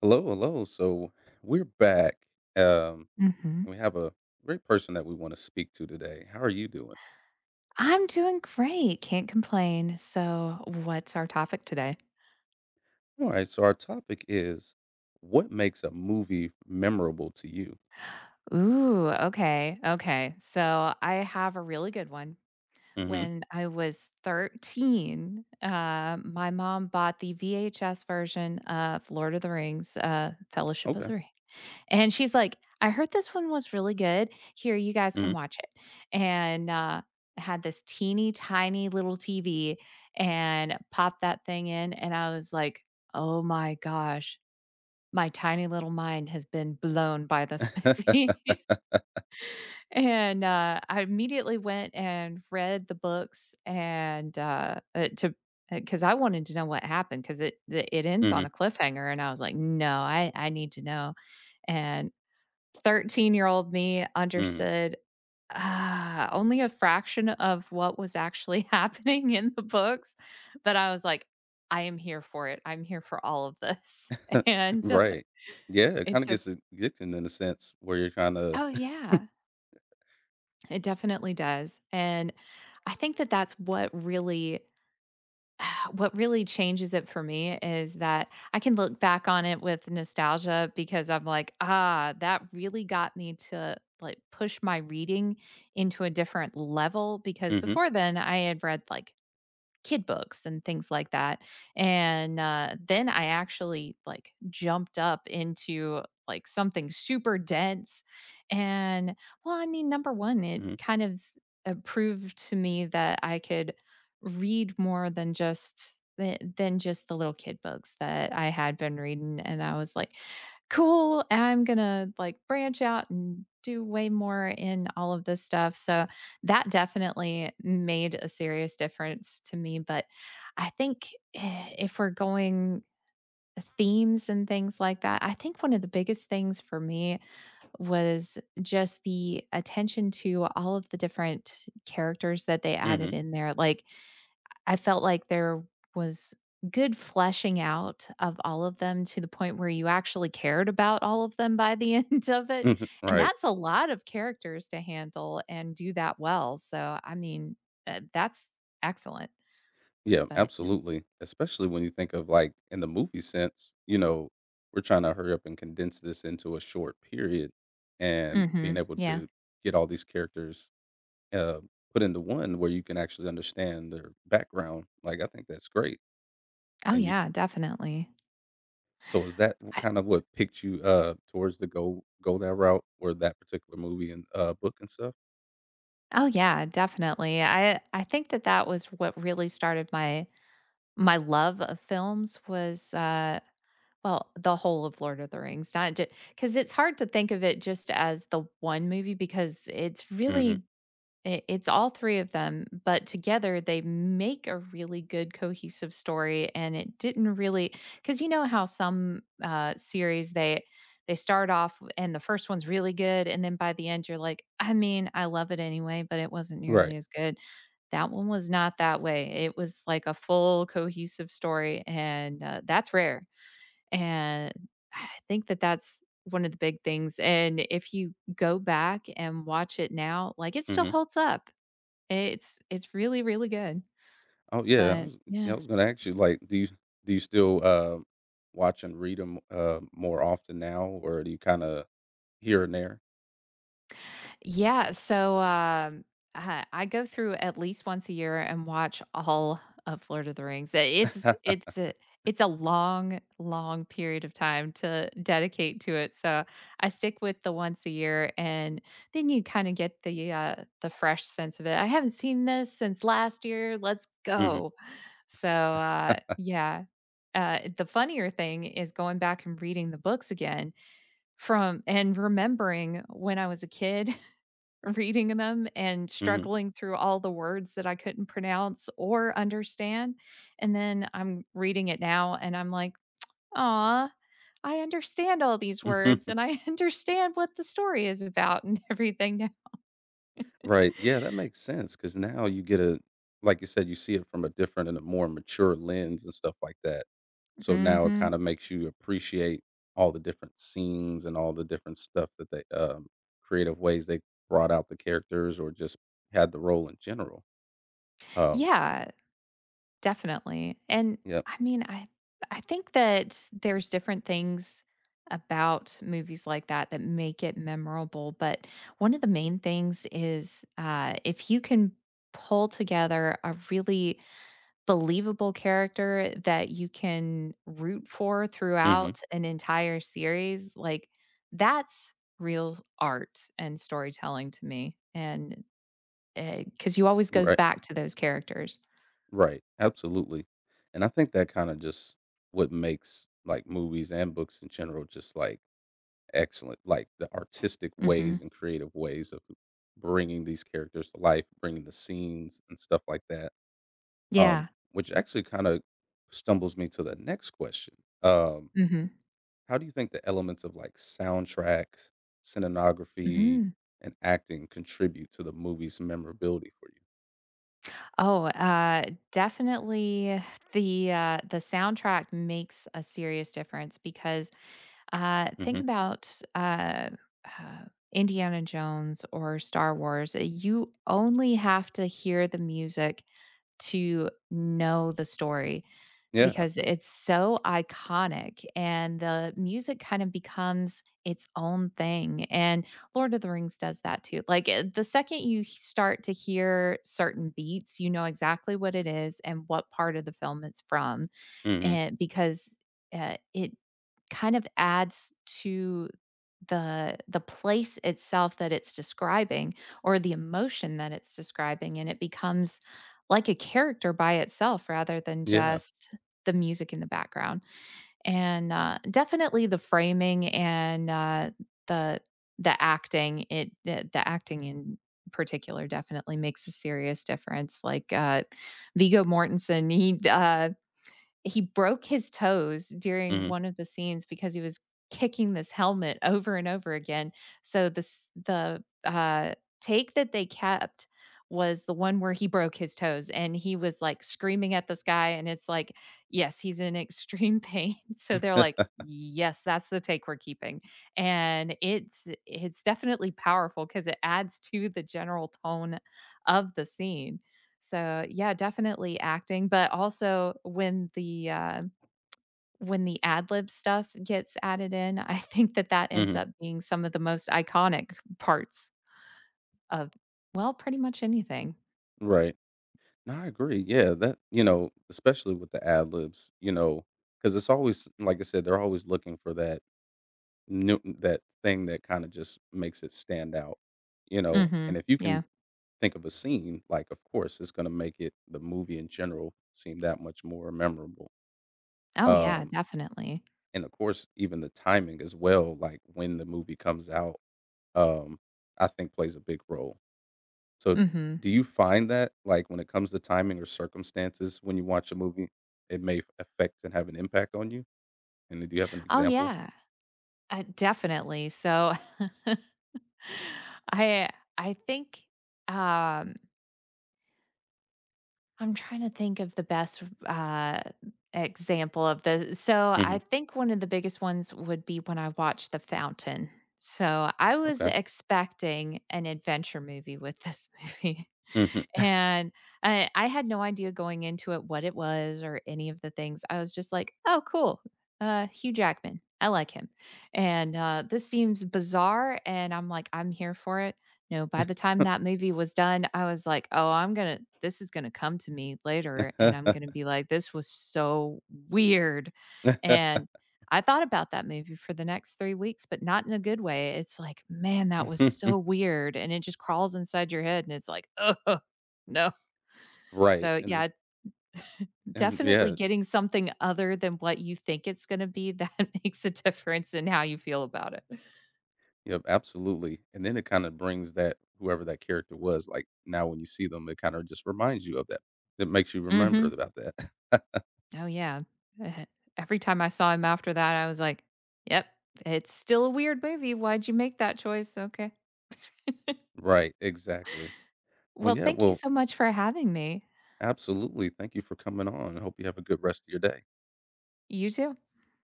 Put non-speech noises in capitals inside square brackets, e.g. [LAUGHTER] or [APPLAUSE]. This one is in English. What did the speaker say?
Hello, hello. So we're back. Um, Mhm. and we have a great person that we want to speak to today. How are you doing? I'm doing great, can't complain. So, what's our topic today? All right. So our topic is what makes a movie memorable to you? Ooh, okay, okay. So, I have a really good one. Hmm. When I was 13, my mom bought the VHS version of Lord of the Rings, Fellowship of Okay. the Ring. And she's like, "I heard this one was really good. Here, you guys can Hmm. watch it." And, uh, I had this teeny tiny little TV and popped that thing in, and I was like, "Oh my gosh, my tiny little mind has been blown by this [LAUGHS] movie." [LAUGHS] [LAUGHS] And, I immediately went and read the books and, to because I wanted to know what happened because it ends on Hmm. a cliffhanger, and I was like, "No, I need to know." And 13-year-old me Hmm. understood, only a fraction of what was actually [LAUGHS] happening in the books, but I was like, "I am here for it. I'm here for all of this." [LAUGHS] [LAUGHS] And, Right. Yeah. It it's kind of so gets addicting in a sense where you're kind of. Oh, yeah. It definitely does, and I think that that's what really [SIGHS] What really changes it for me is that I can look back on it with nostalgia because I'm like, "Ah, that really got me to, like, push my reading into a different level," because Hmm. before then, I had read, like, kid books and things like that. And, then I actually, like, jumped up into, like, something super dense, and well, I mean, number 1, it Hmm. kind of, proved to me that I could read more than just than just the little kid books that I had been reading, and I was like, "Cool, I'm gonna, like, branch out and do way more in all of this stuff." So that definitely made a serious difference to me, but I think if we're going themes and things like that, I think one of the biggest things for me was just the attention to all of the different characters that they added Hmm. in there. Like I felt like there was good fleshing out of all of them to the point where you actually cared about all of them by the [LAUGHS] end of it, [LAUGHS] and Right. that's a lot of characters to handle and do that well, so, I mean, that's excellent, Yeah, but absolutely, especially when you think of, like, in the movie sense, you know, we're trying to hurry up and condense this into a short period and being Mhm, able yeah. to get all these characters, uh, put into one where you can actually understand their background, like, I think that's great, Oh, and you yeah, definitely. so is that w I kind of what picked you, towards the go that route or that particular movie and, book and stuff? Oh, yeah, definitely. I think that that was what really started my love of films was, Well, the whole of Lord of the Rings, not just because it's hard to think of it just as the one movie because it's Mhm. really I it's all 3 of them, but together they make a really good cohesive story, and it didn't really, because you know how some, series they and the first one's really good, and then by the end you're like, "I mean, I love it anyway, but it wasn't nearly Right. as good." That one was not that way. It was like a full cohesive story, and, that's rare. And I think that that's one of the big things, and if you go back and watch it now, like, it still Mhm. holds up. It's really, really good, Oh yeah, I but was, yeah, yeah. I was gonna ask you, like, do you still, watch and read them, more often now, or do you kind of here and there? Yeah, so, I go through at least once a year and watch all of Lord of the Rings. I it's [LAUGHS] it's a it's a long, long period of time to dedicate to it, so I stick with the once a year, and then you kinda get the fresh sense of it. "I haven't seen this since last year, let's Hmm. go." So, yeah. The funnier thing is going back and reading the books again from and remembering when I was a kid [LAUGHS] reading them and Hmm. struggling through all the words that I couldn't pronounce or understand. And then I'm reading it now and I'm like, "Aw, I understand all these words [LAUGHS] and I [LAUGHS] understand what the story is about and everything [LAUGHS] now." Right. Yeah, that makes sense because now you get a, like you said, you see it from a different and a more mature lens and stuff like that. So now it kind Mhm. of makes you appreciate all the different scenes and all the different stuff that they, creative ways they brought out the characters or just had the role in general. Um, Yeah. Definitely. And yep. I mean, I think that there's different things about movies like that that make it memorable, but one of the main things is if you can pull together a really believable character that you can root for Hmm. throughout an entire series, like that's real art and storytelling to me. And because you always goes Right. back to those characters. Right, absolutely, and I think that kinda just what makes, like, movies and books in general just, like, excellent, like, the artistic Hmm ways and creative ways of bringing these characters to life, bringing the scenes and stuff like that, um, Yeah. which actually kinda stumbles me to the next question. Um, hmm how do you think the elements of, like, soundtracks, cinematography, Mhm. and acting contribute to the movie's memorability for you? Oh, definitely the soundtrack makes a serious difference because think Mhm. about uh, Indiana Jones or Star Wars. You only have to hear the music to know the story. Yeah. Because it's so iconic and the music kind of becomes its own thing, and Lord of the Rings does that too. Like, the second you h start to hear certain beats, you know exactly what it is and what part of the film it's from, Mhm. and because, it kind of adds to the place itself that it's describing or the emotion that it's describing and it becomes like a character by itself rather than Yeah. just the music in the background and definitely the framing and the the acting it the acting in particular definitely makes a serious difference like Vigo Mortensen, he broke his toes during Mhm. one of the scenes because he was kicking this helmet [LAUGHS] over and over again. So this the take that they kept was the one where he broke his toes and he was like screaming at the sky, and it's like, yes, he's in extreme pain. [LAUGHS] So they're like, yes, that's the take we're keeping. And it's definitely powerful because it adds to the general tone of the scene. So, yeah, definitely acting, but also when the ad lib stuff gets added in, I think that that ends up [LAUGHS] being some of the most iconic parts of, well, pretty much anything. Right. No, I agree. Yeah, that, you know, especially with the ad libs, you know, because it's always, like I said, they're always looking for that new, that thing that kind of just makes it stand out, you know. Mhm. And if you Yeah. can think of a scene, like, of course, it's going to make it, the movie in general, seem that much more memorable. Oh, yeah, Um, definitely. and of course, even the timing as well, like when the movie comes out. Um, I think plays a big role. So, Mhm. do you find that, like, when it comes to timing or circumstances when you watch a movie, it may f affect and have an impact on you? And do you have an Oh, example? yeah. Definitely. So, [LAUGHS] I I think, um I'm trying to think of the best example of this. So I Mhm. think one of the biggest ones would be when I watched The Fountain. So I was Okay. expecting an adventure movie with this [LAUGHS] movie. Mhm. And I had no idea going into it what it was or any of the things. I was just like, "Oh, cool. Hugh Jackman. I like him." And, this seems bizarre, and I'm like, "I'm here for it." No, by the time that movie was done, I was like, "Oh, I'm gonna this is gonna come to me later, and I'm gonna [LAUGHS] be like, 'This was so weird.'" And I thought about that movie for the next 3 weeks, but not in a good way. It's like, "Man, that was so weird," and it just crawls inside your head, and it's like, [LAUGHS] oh. No. Right, So, and it's yeah, and Yeah, definitely it's, getting something other than what you think it's gonna be that [LAUGHS] makes a difference in how you feel about it. yep, absolutely, and then it kinda brings that whoever that character was, like, now when you see them, it kinda just reminds you of that. It makes you remember Mhm. about that. [LAUGHS] Oh, yeah. Eh every time I saw him after that, I was like, "Yep, it's still a weird movie. Why'd you make that choice? Okay." [LAUGHS] Right, exactly. Well, Well, yeah, thank you well, so much for having me. absolutely, thank you for coming on. I hope you have a good rest of your day. You too.